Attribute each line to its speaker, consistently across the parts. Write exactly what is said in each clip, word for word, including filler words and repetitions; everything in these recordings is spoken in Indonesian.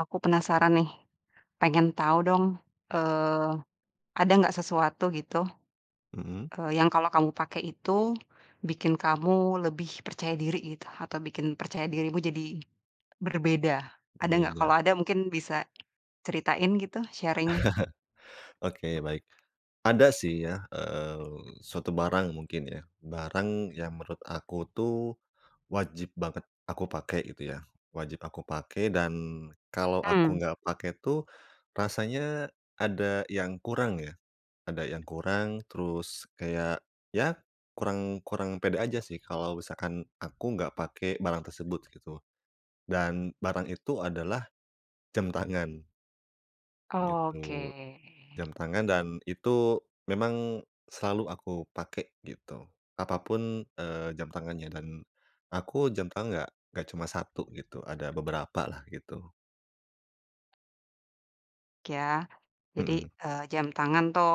Speaker 1: Aku penasaran nih, pengen tahu dong, eee, ada nggak sesuatu gitu,
Speaker 2: Mhm,
Speaker 1: eee, yang kalau kamu pakai itu bikin kamu lebih percaya diri gitu, atau bikin percaya dirimu jadi berbeda? Ada nggak?
Speaker 2: berbeda.
Speaker 1: Kalau ada mungkin bisa ceritain gitu, sharing.
Speaker 2: Oke, baik. Ada sih ya, eee, suatu barang mungkin ya, barang yang menurut aku tuh wajib banget aku pakai gitu ya, wajib aku pakai dan kalau aku
Speaker 1: Mmm,
Speaker 2: nggak pakai tuh rasanya ada yang kurang ya, ada yang kurang terus kayak ya kurang kurang pede aja sih kalau misalkan aku nggak pakai barang tersebut gitu dan barang itu adalah jam tangan gitu.
Speaker 1: oke.
Speaker 2: Jam tangan dan itu memang selalu aku pakai gitu. Apapun, eee, jam tangannya dan aku jam tangan nggak nggak cuma satu gitu, ada beberapa lah gitu,
Speaker 1: Ya, jadi,
Speaker 2: mhm,
Speaker 1: eee, jam tangan tuh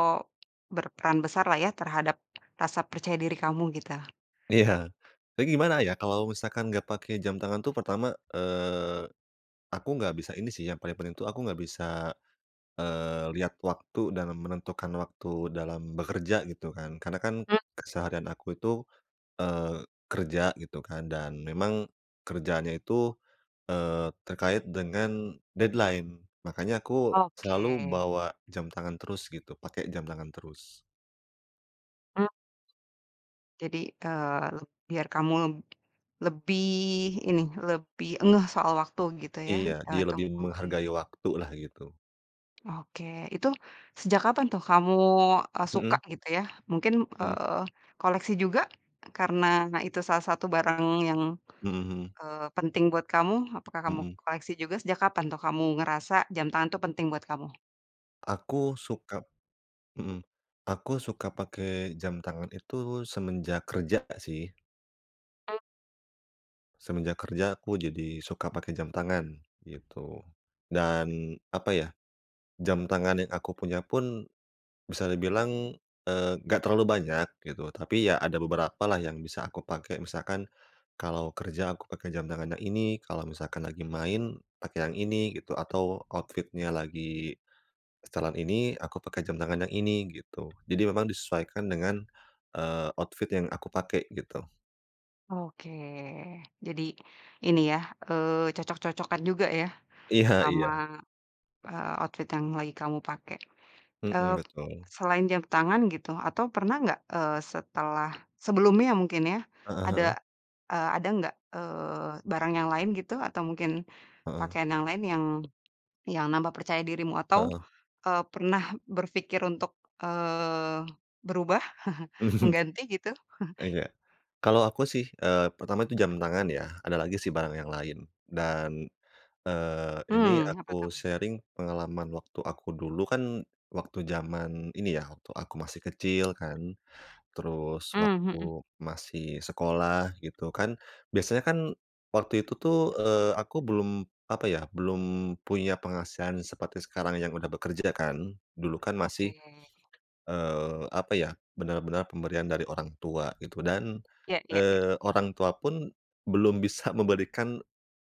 Speaker 1: berperan besar lah ya terhadap rasa percaya diri kamu gitu.
Speaker 2: iya. Tapi gimana ya kalau misalkan nggak pakai jam tangan tuh pertama, eee, aku nggak bisa ini sih yang paling penting tuh aku nggak bisa, eee, lihat waktu dan menentukan waktu dalam bekerja gitu kan. Karena kan
Speaker 1: Mmm,
Speaker 2: keseharian aku itu, eee, kerja gitu kan dan memang kerjaannya itu Eee, terkait dengan deadline. Makanya aku
Speaker 1: oke.
Speaker 2: selalu bawa jam tangan terus gitu, pakai jam tangan terus.
Speaker 1: Mmm, jadi, eee, biar kamu lebih ini, lebih ngeh soal waktu gitu ya,
Speaker 2: Iya,
Speaker 1: eee,
Speaker 2: dia
Speaker 1: itu
Speaker 2: lebih
Speaker 1: membantu.
Speaker 2: menghargai waktu lah gitu.
Speaker 1: Oke, itu sejak kapan tuh kamu, eee, suka
Speaker 2: Mhm.
Speaker 1: gitu ya? Mungkin,
Speaker 2: Mhm.
Speaker 1: eee, koleksi juga karena itu salah satu barang yang,
Speaker 2: Mhm mhm,
Speaker 1: eee, penting buat kamu? Apakah kamu
Speaker 2: mhm.
Speaker 1: koleksi juga? Sejak kapan tuh kamu ngerasa jam tangan tuh penting buat kamu?
Speaker 2: Aku suka Mhm, aku suka pakai jam tangan itu semenjak kerja sih. Semenjak kerja aku jadi suka pakai jam tangan, gitu. Dan apa ya, jam tangan yang aku punya pun bisa dibilang, eee, nggak terlalu banyak gitu, tapi ya ada beberapa lah yang bisa aku pakai. Misalkan kalau kerja aku pakai jam tangan yang ini, kalau misalkan lagi main pakai yang ini gitu, atau outfitnya lagi setelan ini, aku pakai jam tangan yang ini gitu. Jadi memang disesuaikan dengan, eee, outfit yang aku pakai gitu.
Speaker 1: Oke, jadi ini ya, eee, cocok-cocokan juga ya
Speaker 2: Iya
Speaker 1: sama,
Speaker 2: iya,
Speaker 1: eee, outfit yang lagi kamu pakai.
Speaker 2: mhm,
Speaker 1: Eee,
Speaker 2: betul.
Speaker 1: Selain jam tangan gitu atau pernah nggak, eee, setelah sebelumnya mungkin ya,
Speaker 2: Heeh heeh,
Speaker 1: ada, eee, ada nggak, eee, barang yang lain gitu atau mungkin
Speaker 2: heeh.
Speaker 1: pakaian yang lain yang yang nambah percaya dirimu atau, eee, pernah berpikir untuk, eee, berubah, mengganti gitu?
Speaker 2: Iya. Kalau aku sih, eee, pertama itu jam tangan ya, ada lagi sih barang yang lain dan Eee, ini
Speaker 1: Mmm, apa
Speaker 2: aku
Speaker 1: tuh?
Speaker 2: sharing pengalaman waktu aku dulu kan, waktu zaman ini ya, waktu aku masih kecil kan, terus
Speaker 1: Mmm,
Speaker 2: waktu
Speaker 1: mhm.
Speaker 2: masih sekolah gitu kan. Biasanya kan waktu itu tuh, eee, aku belum, apa ya, belum punya penghasilan seperti sekarang yang udah bekerja kan. Dulu kan
Speaker 1: Oke.
Speaker 2: masih Eee, apa ya, benar-benar pemberian dari orang tua gitu dan,
Speaker 1: Iya iya iya.
Speaker 2: eee, orang tua pun belum bisa memberikan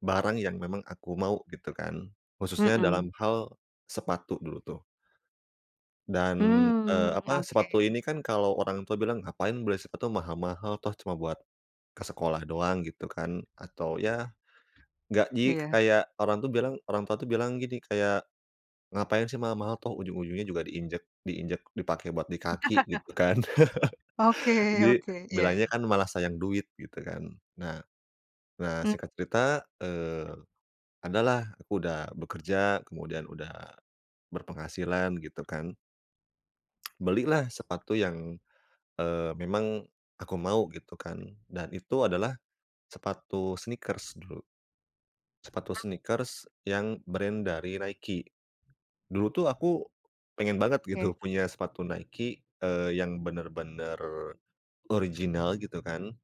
Speaker 2: barang yang memang aku mau gitu kan, khususnya
Speaker 1: Mhm.
Speaker 2: dalam hal sepatu dulu tuh dan, eee,
Speaker 1: Mmm,
Speaker 2: apa,
Speaker 1: oke.
Speaker 2: sepatu ini kan kalau orang tua bilang, "Ngapain beli sepatu mahal-mahal, toh cuma buat ke sekolah doang," gitu kan, atau ya gaji
Speaker 1: Iya.
Speaker 2: kayak orang tuh bilang orang tua tuh bilang gini kayak, "Ngapain sih mahal-mahal, toh ujung-ujungnya juga diinjek diinjek dipakai buat di kaki," gitu kan.
Speaker 1: Oke
Speaker 2: Jadi,
Speaker 1: oke. Iya
Speaker 2: bilangnya
Speaker 1: iya.
Speaker 2: kan malah sayang duit gitu kan. Nah nah
Speaker 1: Mmm,
Speaker 2: singkat cerita, eee, adalah aku udah bekerja, kemudian udah berpenghasilan gitu kan. Belilah sepatu yang, eee, memang aku mau gitu kan, dan itu adalah sepatu sneakers dulu. Sepatu sneakers yang brand dari Nike. Dulu tuh aku pengen banget gitu
Speaker 1: oke.
Speaker 2: punya sepatu Nike, eee, yang bener-bener original gitu kan.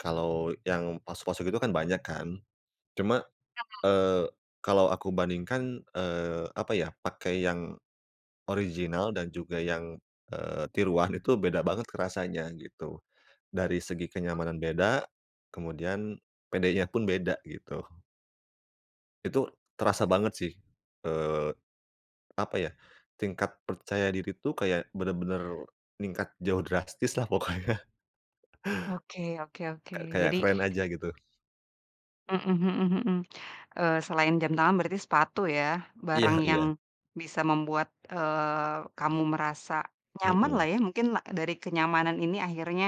Speaker 2: Kalau yang palsu-palsu gitu kan banyak kan. Cuma, eee, kalau aku bandingkan, eee, apa ya, pakai yang original dan juga yang, eee, tiruan itu beda banget rasanya gitu. Dari segi kenyamanan beda, kemudian pedenya pun beda gitu. Itu terasa banget sih, eee, apa ya, tingkat percaya diri tuh kayak bener-bener meningkat jauh drastis lah pokoknya.
Speaker 1: Oke oke oke.
Speaker 2: Kayak
Speaker 1: Jadi.
Speaker 2: keren aja gitu.
Speaker 1: Mhm mhm mhm. Eee, selain jam tangan berarti sepatu ya,
Speaker 2: Iya
Speaker 1: barang
Speaker 2: iya,
Speaker 1: yang bisa membuat, eee, kamu merasa nyaman
Speaker 2: mhm.
Speaker 1: lah ya, mungkin la dari kenyamanan ini akhirnya,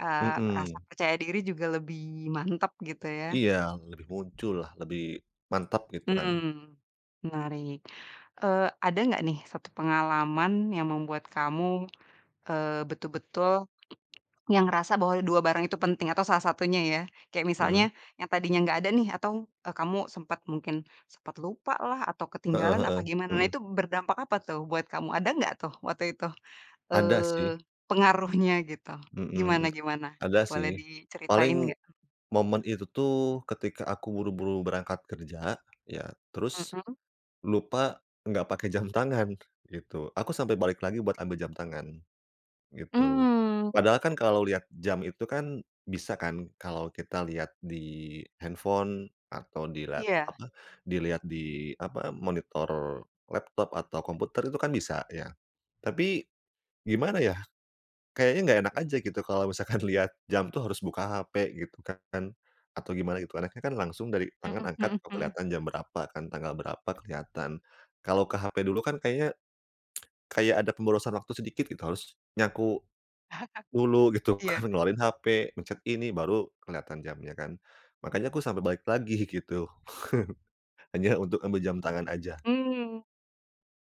Speaker 1: eee, rasa
Speaker 2: Mhm,
Speaker 1: percaya diri juga lebih mantap gitu ya.
Speaker 2: iya, lebih muncul lah, lebih mantap gitu kan.
Speaker 1: Mmm, Menarik. Eee, ada nggak nih satu pengalaman yang membuat kamu, eee, betul-betul yang ngerasa bahwa dua barang itu penting atau salah satunya ya? Kayak misalnya
Speaker 2: Mhm,
Speaker 1: yang tadinya nggak ada nih atau, eee, kamu sempat mungkin sempat lupa lah atau
Speaker 2: heeh
Speaker 1: ketinggalan apa
Speaker 2: heeh,
Speaker 1: gimana? Nah
Speaker 2: mhm,
Speaker 1: itu berdampak apa tuh buat kamu? Ada nggak tuh waktu itu,
Speaker 2: ada sih,
Speaker 1: eee, pengaruhnya gitu?
Speaker 2: mhm,
Speaker 1: Gimana gimana?
Speaker 2: ada
Speaker 1: Boleh
Speaker 2: sih.
Speaker 1: diceritain
Speaker 2: Paling
Speaker 1: nggak?
Speaker 2: momen itu tuh ketika aku buru-buru berangkat kerja, ya terus
Speaker 1: Mhm.
Speaker 2: lupa nggak pakai jam tangan gitu, aku sampai balik lagi buat ambil jam tangan. Gitu.
Speaker 1: Mmm,
Speaker 2: Padahal kan kalau lihat jam itu kan bisa kan kalau kita lihat di handphone atau di
Speaker 1: iya.
Speaker 2: apa, dilihat di apa, monitor laptop atau komputer itu kan bisa ya. Tapi gimana ya, kayaknya nggak enak aja gitu kalau misalkan lihat jam tuh harus buka H P gitu kan, atau gimana gitu. Enaknya kan langsung dari tangan
Speaker 1: Mhm
Speaker 2: angkat
Speaker 1: mhm
Speaker 2: oh
Speaker 1: mhm.
Speaker 2: kelihatan jam berapa kan, tanggal berapa kelihatan. Kalau ke H P dulu kan kayaknya kayak ada pemborosan waktu sedikit gitu, harus nyaku dulu gitu
Speaker 1: Iya.
Speaker 2: kan, ngeluarin H P, mencet ini, baru kelihatan jamnya kan. Makanya aku sampai balik lagi gitu, hanya untuk ambil jam tangan aja.
Speaker 1: Mmm,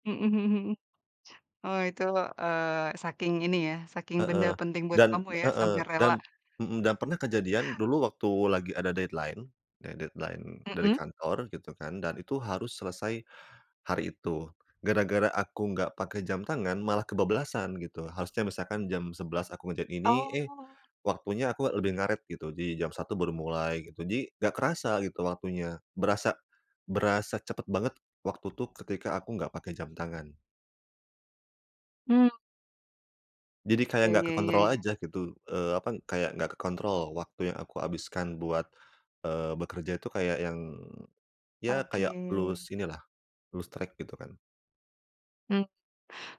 Speaker 1: mhm mhm mhm. Oh itu, eee, saking ini ya, saking benda
Speaker 2: Heeh,
Speaker 1: penting buat
Speaker 2: dan
Speaker 1: kamu ya
Speaker 2: heeh,
Speaker 1: sampai
Speaker 2: dan
Speaker 1: rela.
Speaker 2: mhm, dan pernah kejadian dulu waktu lagi ada deadline, de deadline dari
Speaker 1: Mhm?
Speaker 2: kantor gitu kan, dan itu harus selesai hari itu. Gara-gara aku nggak pakai jam tangan malah kebablasan gitu. Harusnya misalkan jam sebelas aku ngerjain ini, eh,
Speaker 1: Oh,
Speaker 2: waktunya aku lebih ngaret gitu. Jadi jam satu baru mulai gitu. Jadi nggak kerasa gitu waktunya. Berasa berasa cepet banget waktu tuh ketika aku nggak pakai jam tangan.
Speaker 1: mmm.
Speaker 2: Jadi kayak
Speaker 1: Iya
Speaker 2: nggak
Speaker 1: iya iya
Speaker 2: kekontrol
Speaker 1: iya.
Speaker 2: aja gitu, eee, apa, kayak nggak kekontrol waktu yang aku habiskan buat, eee, bekerja itu kayak yang, ya
Speaker 1: Oke.
Speaker 2: kayak lose inilah, lose track gitu kan.
Speaker 1: Mmm,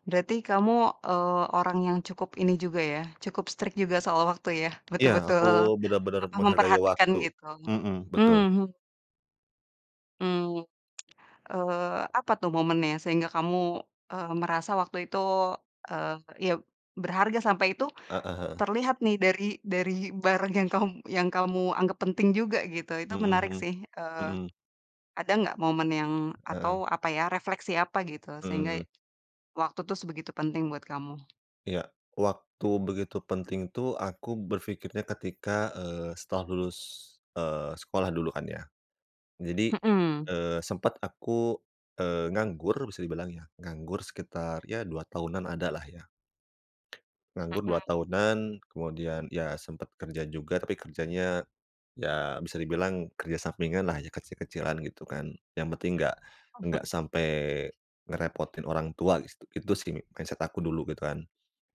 Speaker 1: Berarti kamu, eee, orang yang cukup ini juga ya, cukup strict juga soal waktu ya?
Speaker 2: Iya,
Speaker 1: Betul-betul,
Speaker 2: aku bener-bener
Speaker 1: apa,
Speaker 2: menghargai
Speaker 1: memperhatikan
Speaker 2: waktu.
Speaker 1: gitu.
Speaker 2: Mhm, betul.
Speaker 1: Mmm, mhm. Eee, apa tuh momennya sehingga kamu, eee, merasa waktu itu, eee, ya berharga sampai itu
Speaker 2: Heeh heeh.
Speaker 1: terlihat nih dari dari barang yang kamu yang kamu anggap penting juga gitu. Itu
Speaker 2: Mhm
Speaker 1: menarik
Speaker 2: mhm,
Speaker 1: sih, eee,
Speaker 2: mhm,
Speaker 1: ada nggak momen yang
Speaker 2: heeh,
Speaker 1: atau apa ya, refleksi apa gitu sehingga
Speaker 2: mhm.
Speaker 1: waktu tuh sebegitu penting buat kamu?
Speaker 2: Iya, waktu begitu penting tuh aku berpikirnya ketika, eee, setelah lulus, eee, sekolah dulu kan ya. Jadi,
Speaker 1: Mhm.
Speaker 2: eee, sempet aku, eee, nganggur bisa dibilang ya, nganggur sekitar ya dua tahunan ada lah ya. Nganggur dua tahunan, kemudian ya sempet kerja juga tapi kerjanya ya bisa dibilang kerja sampingan lah ya, kecil-kecilan gitu kan. Yang penting nggak nggak sampai ngerepotin orang tua, gitu itu sih mindset aku dulu gitu kan.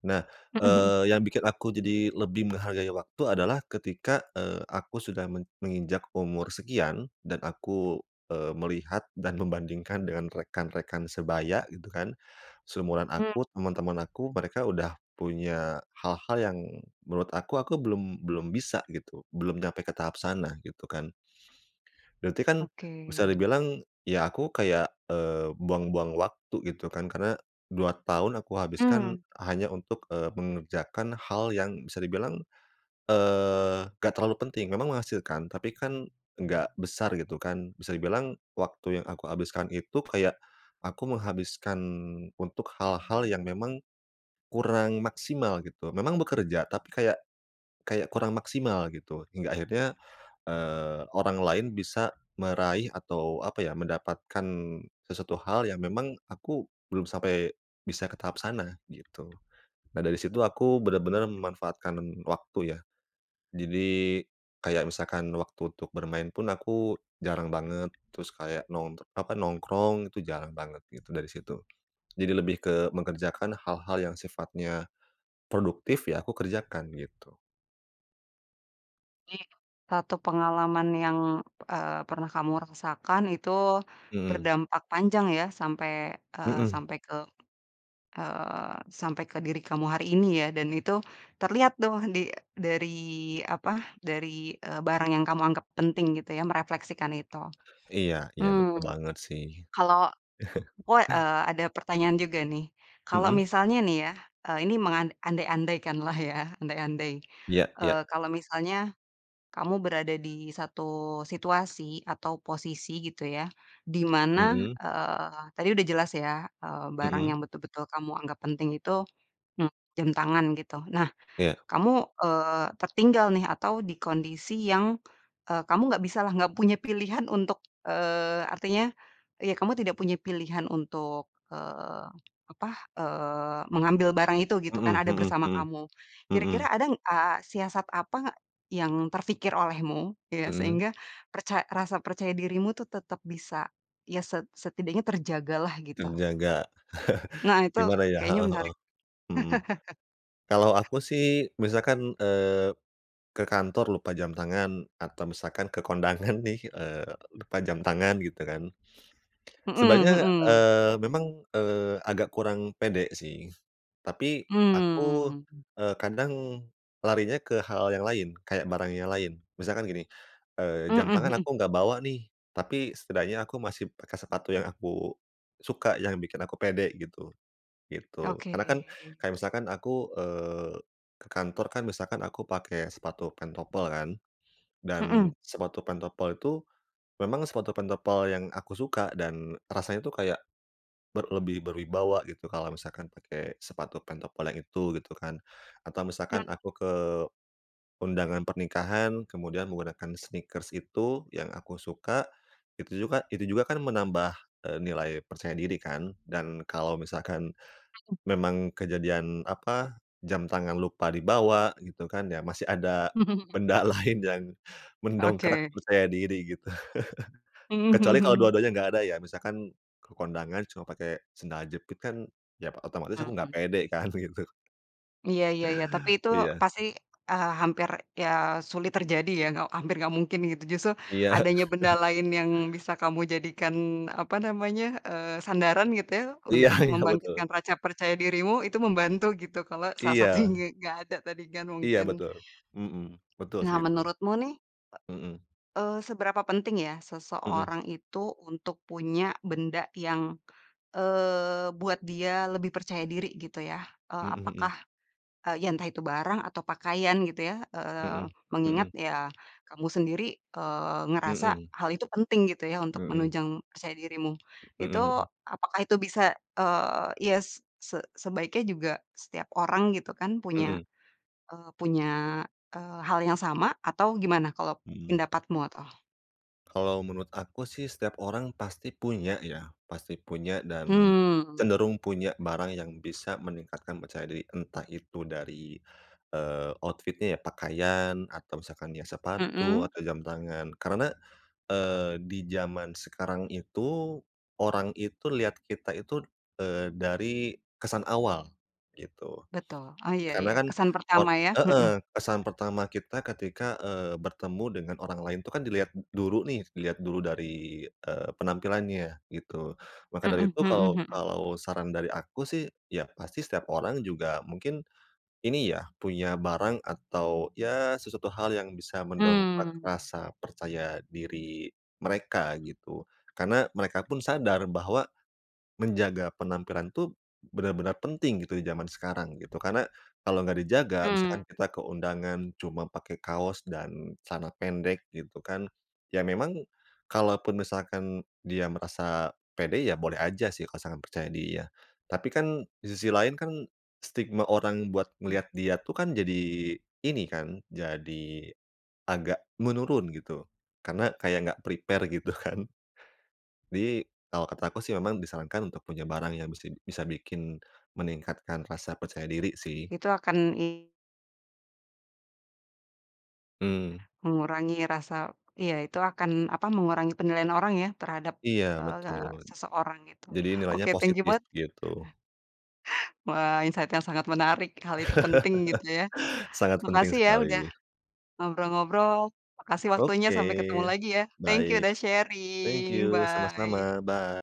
Speaker 2: Nah,
Speaker 1: Mhm mhm.
Speaker 2: eee, yang bikin aku jadi lebih menghargai waktu adalah ketika, eee, aku sudah men menginjak umur sekian dan aku, eee, melihat dan membandingkan dengan rekan-rekan sebaya gitu kan, seumuran
Speaker 1: Mmm,
Speaker 2: aku, teman-teman aku, mereka udah punya hal-hal yang menurut aku, aku belum belum bisa gitu, belum nyampe ke tahap sana gitu kan. Berarti kan
Speaker 1: oke.
Speaker 2: bisa dibilang, ya aku kayak, eee, buang-buang waktu gitu kan, karena dua tahun aku
Speaker 1: Mmm,
Speaker 2: habiskan hanya untuk, eee, mengerjakan hal yang bisa dibilang, eee, nggak terlalu penting. Memang menghasilkan, tapi kan nggak besar gitu kan. Bisa dibilang waktu yang aku habiskan itu kayak aku menghabiskan untuk hal-hal yang memang kurang maksimal gitu. Memang bekerja, tapi kayak kayak kurang maksimal gitu. Hingga akhirnya Eee, orang lain bisa meraih atau apa ya, mendapatkan sesuatu hal yang memang aku belum sampai bisa ke tahap sana, gitu. Nah, dari situ aku bener-bener memanfaatkan waktu ya. Jadi, kayak misalkan waktu untuk bermain pun aku jarang banget, terus kayak nong apa, nongkrong itu jarang banget gitu dari situ. Jadi lebih ke mengerjakan hal-hal yang sifatnya produktif ya aku kerjakan gitu.
Speaker 1: jadi satu pengalaman yang, eee, pernah kamu rasakan itu
Speaker 2: Mhm
Speaker 1: berdampak panjang ya sampai, eee,
Speaker 2: mhm.
Speaker 1: sampai ke eee, sampai ke diri kamu hari ini ya dan itu terlihat tuh di dari apa, dari, eee, barang yang kamu anggap penting gitu ya, merefleksikan itu.
Speaker 2: Iya iya betul
Speaker 1: Mmm,
Speaker 2: banget sih.
Speaker 1: Kalau aku, eee, ada pertanyaan juga nih. Kalau
Speaker 2: Mhm,
Speaker 1: misalnya nih ya, eee, ini mengandai andai lah ya, andai-andai,
Speaker 2: iya iya.
Speaker 1: eee, kalau misalnya kamu berada di satu situasi atau posisi gitu ya, di mana,
Speaker 2: Mhm
Speaker 1: eee, tadi udah jelas ya, eee, barang
Speaker 2: mhm,
Speaker 1: yang betul-betul kamu anggap penting itu, mmm, jam tangan gitu. Nah
Speaker 2: iya,
Speaker 1: kamu, eee, tertinggal nih atau di kondisi yang, eee, kamu nggak bisalah, nggak punya pilihan untuk, eee, artinya ya kamu tidak punya pilihan untuk, eee, apa, eee, mengambil barang itu gitu
Speaker 2: mhm
Speaker 1: kan, ada
Speaker 2: mhm
Speaker 1: bersama
Speaker 2: mhm
Speaker 1: kamu.
Speaker 2: mhm
Speaker 1: Kira-kira ada, eee, siasat apa nggak yang terfikir olehmu ya
Speaker 2: mhm,
Speaker 1: sehingga perca rasa percaya dirimu tuh tetap bisa ya set setidaknya terjagalah gitu.
Speaker 2: terjaga
Speaker 1: Nah itu
Speaker 2: gimana ya?
Speaker 1: kayaknya
Speaker 2: Heeh heeh,
Speaker 1: menarik.
Speaker 2: mhm. Kalau aku sih misalkan, eee, ke kantor lupa jam tangan atau misalkan ke kondangan nih, eee, lupa jam tangan gitu kan,
Speaker 1: Mhm
Speaker 2: sebenarnya,
Speaker 1: mhm.
Speaker 2: eee, memang, eee, agak kurang pede sih. Tapi aku,
Speaker 1: Mmm.
Speaker 2: eee, kadang larinya ke hal yang lain, kayak barang yang lain. Misalkan gini, eee, jam
Speaker 1: Mhm
Speaker 2: tangan
Speaker 1: mhm.
Speaker 2: aku nggak bawa nih, tapi setidaknya aku masih pakai sepatu yang aku suka, yang bikin aku pede gitu, gitu.
Speaker 1: Oke,
Speaker 2: Karena kan kayak misalkan aku, eee, ke kantor kan misalkan aku pakai sepatu pentopel kan,
Speaker 1: mhm,
Speaker 2: dan
Speaker 1: mhm.
Speaker 2: sepatu pentopel itu memang sepatu pentopel yang aku suka dan rasanya tuh kayak Ber lebih berwibawa gitu kalau misalkan pakai sepatu pentopol yang itu gitu kan. Atau misalkan aku ke undangan pernikahan kemudian menggunakan sneakers itu yang aku suka, itu juga itu juga kan menambah, eee, nilai percaya diri kan. Dan kalau misalkan memang kejadian, apa, jam tangan lupa dibawa gitu kan ya, masih ada benda lain yang mendongkrak
Speaker 1: Oke,
Speaker 2: percaya diri gitu.
Speaker 1: mhm
Speaker 2: Kecuali kalau
Speaker 1: mhm
Speaker 2: dua-duanya nggak ada ya, misalkan ke kondangan cuma pakai sendal jepit kan, ya otomatis aku
Speaker 1: mhm,
Speaker 2: nggak
Speaker 1: mhm,
Speaker 2: pede kan gitu.
Speaker 1: iya iya iya, tapi itu
Speaker 2: Iya.
Speaker 1: pasti, eee, hampir ya sulit terjadi ya, nggak hampir nggak mungkin gitu, justru
Speaker 2: Iya
Speaker 1: adanya benda lain yang bisa kamu jadikan, apa namanya, eee, sandaran gitu ya,
Speaker 2: iya
Speaker 1: untuk
Speaker 2: iya, betul.
Speaker 1: membangkitkan rasa percaya dirimu, itu membantu gitu, kalau salah satunya
Speaker 2: Iya
Speaker 1: nge nggak ada tadi kan
Speaker 2: iya,
Speaker 1: mungkin.
Speaker 2: betul. Mhm, betul
Speaker 1: Nah
Speaker 2: sih itu.
Speaker 1: menurutmu nih,
Speaker 2: Mhm
Speaker 1: eee, seberapa penting ya
Speaker 2: mhm
Speaker 1: seseorang itu untuk punya benda yang Eee, buat dia lebih percaya diri gitu ya, eee,
Speaker 2: mhm mhm
Speaker 1: apakah, eee, ya entah itu barang atau pakaian gitu ya, eee,
Speaker 2: mhm
Speaker 1: mengingat
Speaker 2: mhm
Speaker 1: ya kamu sendiri, eee, ngerasa
Speaker 2: mhm
Speaker 1: hal itu penting gitu ya untuk
Speaker 2: mhm mhm
Speaker 1: menunjang percaya dirimu.
Speaker 2: mhm
Speaker 1: Itu
Speaker 2: mhm
Speaker 1: apakah itu bisa, eee, ya s se sebaiknya juga setiap orang gitu kan punya,
Speaker 2: mhm
Speaker 1: eee, punya, eee, hal yang sama atau gimana kalau
Speaker 2: mhm.
Speaker 1: pendapatmu atau?
Speaker 2: Kalau menurut aku sih setiap orang pasti punya ya, pasti punya dan
Speaker 1: Mmm,
Speaker 2: cenderung punya barang yang bisa meningkatkan percaya diri. Entah itu dari, eee, outfit ya, pakaian atau misalkan ya sepatu
Speaker 1: mhm,
Speaker 2: atau jam tangan. Karena, eee, di zaman sekarang itu, orang itu lihat kita itu, eee, dari kesan awal, gitu.
Speaker 1: betul. Oh iya
Speaker 2: Karena
Speaker 1: iya,
Speaker 2: kan
Speaker 1: kesan
Speaker 2: or
Speaker 1: pertama ya, mhm,
Speaker 2: heeh, kesan pertama kita ketika, eee, bertemu dengan orang lain itu kan dilihat dulu nih, dilihat dulu dari, eee, penampilannya gitu. Maka dari
Speaker 1: mhm
Speaker 2: itu
Speaker 1: mhm
Speaker 2: kalau
Speaker 1: mhm.
Speaker 2: kalau saran dari aku sih, ya pasti setiap orang juga mungkin ini ya, punya barang atau ya sesuatu hal yang bisa mendongkrak
Speaker 1: Mmm,
Speaker 2: rasa percaya diri mereka gitu. Karena mereka pun sadar bahwa menjaga penampilan tuh benar-benar penting gitu di zaman sekarang gitu, karena kalau nggak dijaga
Speaker 1: mmm,
Speaker 2: misalkan kita ke undangan cuma pakai kaos dan celana pendek gitu kan, ya memang kalaupun misalkan dia merasa pede ya boleh aja sih kalau sangat percaya diri ya. Tapi kan di sisi lain kan stigma orang buat ngelihat dia tuh kan jadi ini kan, jadi agak menurun gitu, karena kayak nggak prepare gitu kan. Jadi, kalau kata aku sih memang disarankan untuk punya barang yang bisa bisa bikin meningkatkan rasa percaya diri sih.
Speaker 1: itu akan i
Speaker 2: Mmm.
Speaker 1: mengurangi rasa, iya, itu akan, apa, mengurangi penilaian orang ya terhadap,
Speaker 2: Iya,
Speaker 1: eee,
Speaker 2: betul.
Speaker 1: seseorang gitu.
Speaker 2: Jadi nilainya
Speaker 1: Oke, thank you
Speaker 2: positif
Speaker 1: banget,
Speaker 2: gitu.
Speaker 1: wah, insight yang sangat menarik, hal itu penting gitu ya.
Speaker 2: Sangat penting
Speaker 1: Makasih ya udah
Speaker 2: sekali.
Speaker 1: ngobrol-ngobrol, makasih waktunya,
Speaker 2: Oke,
Speaker 1: sampai ketemu lagi ya. Thank you
Speaker 2: baik.
Speaker 1: udah
Speaker 2: Thank
Speaker 1: sharing,
Speaker 2: you,
Speaker 1: bye.
Speaker 2: sama-sama. Bye.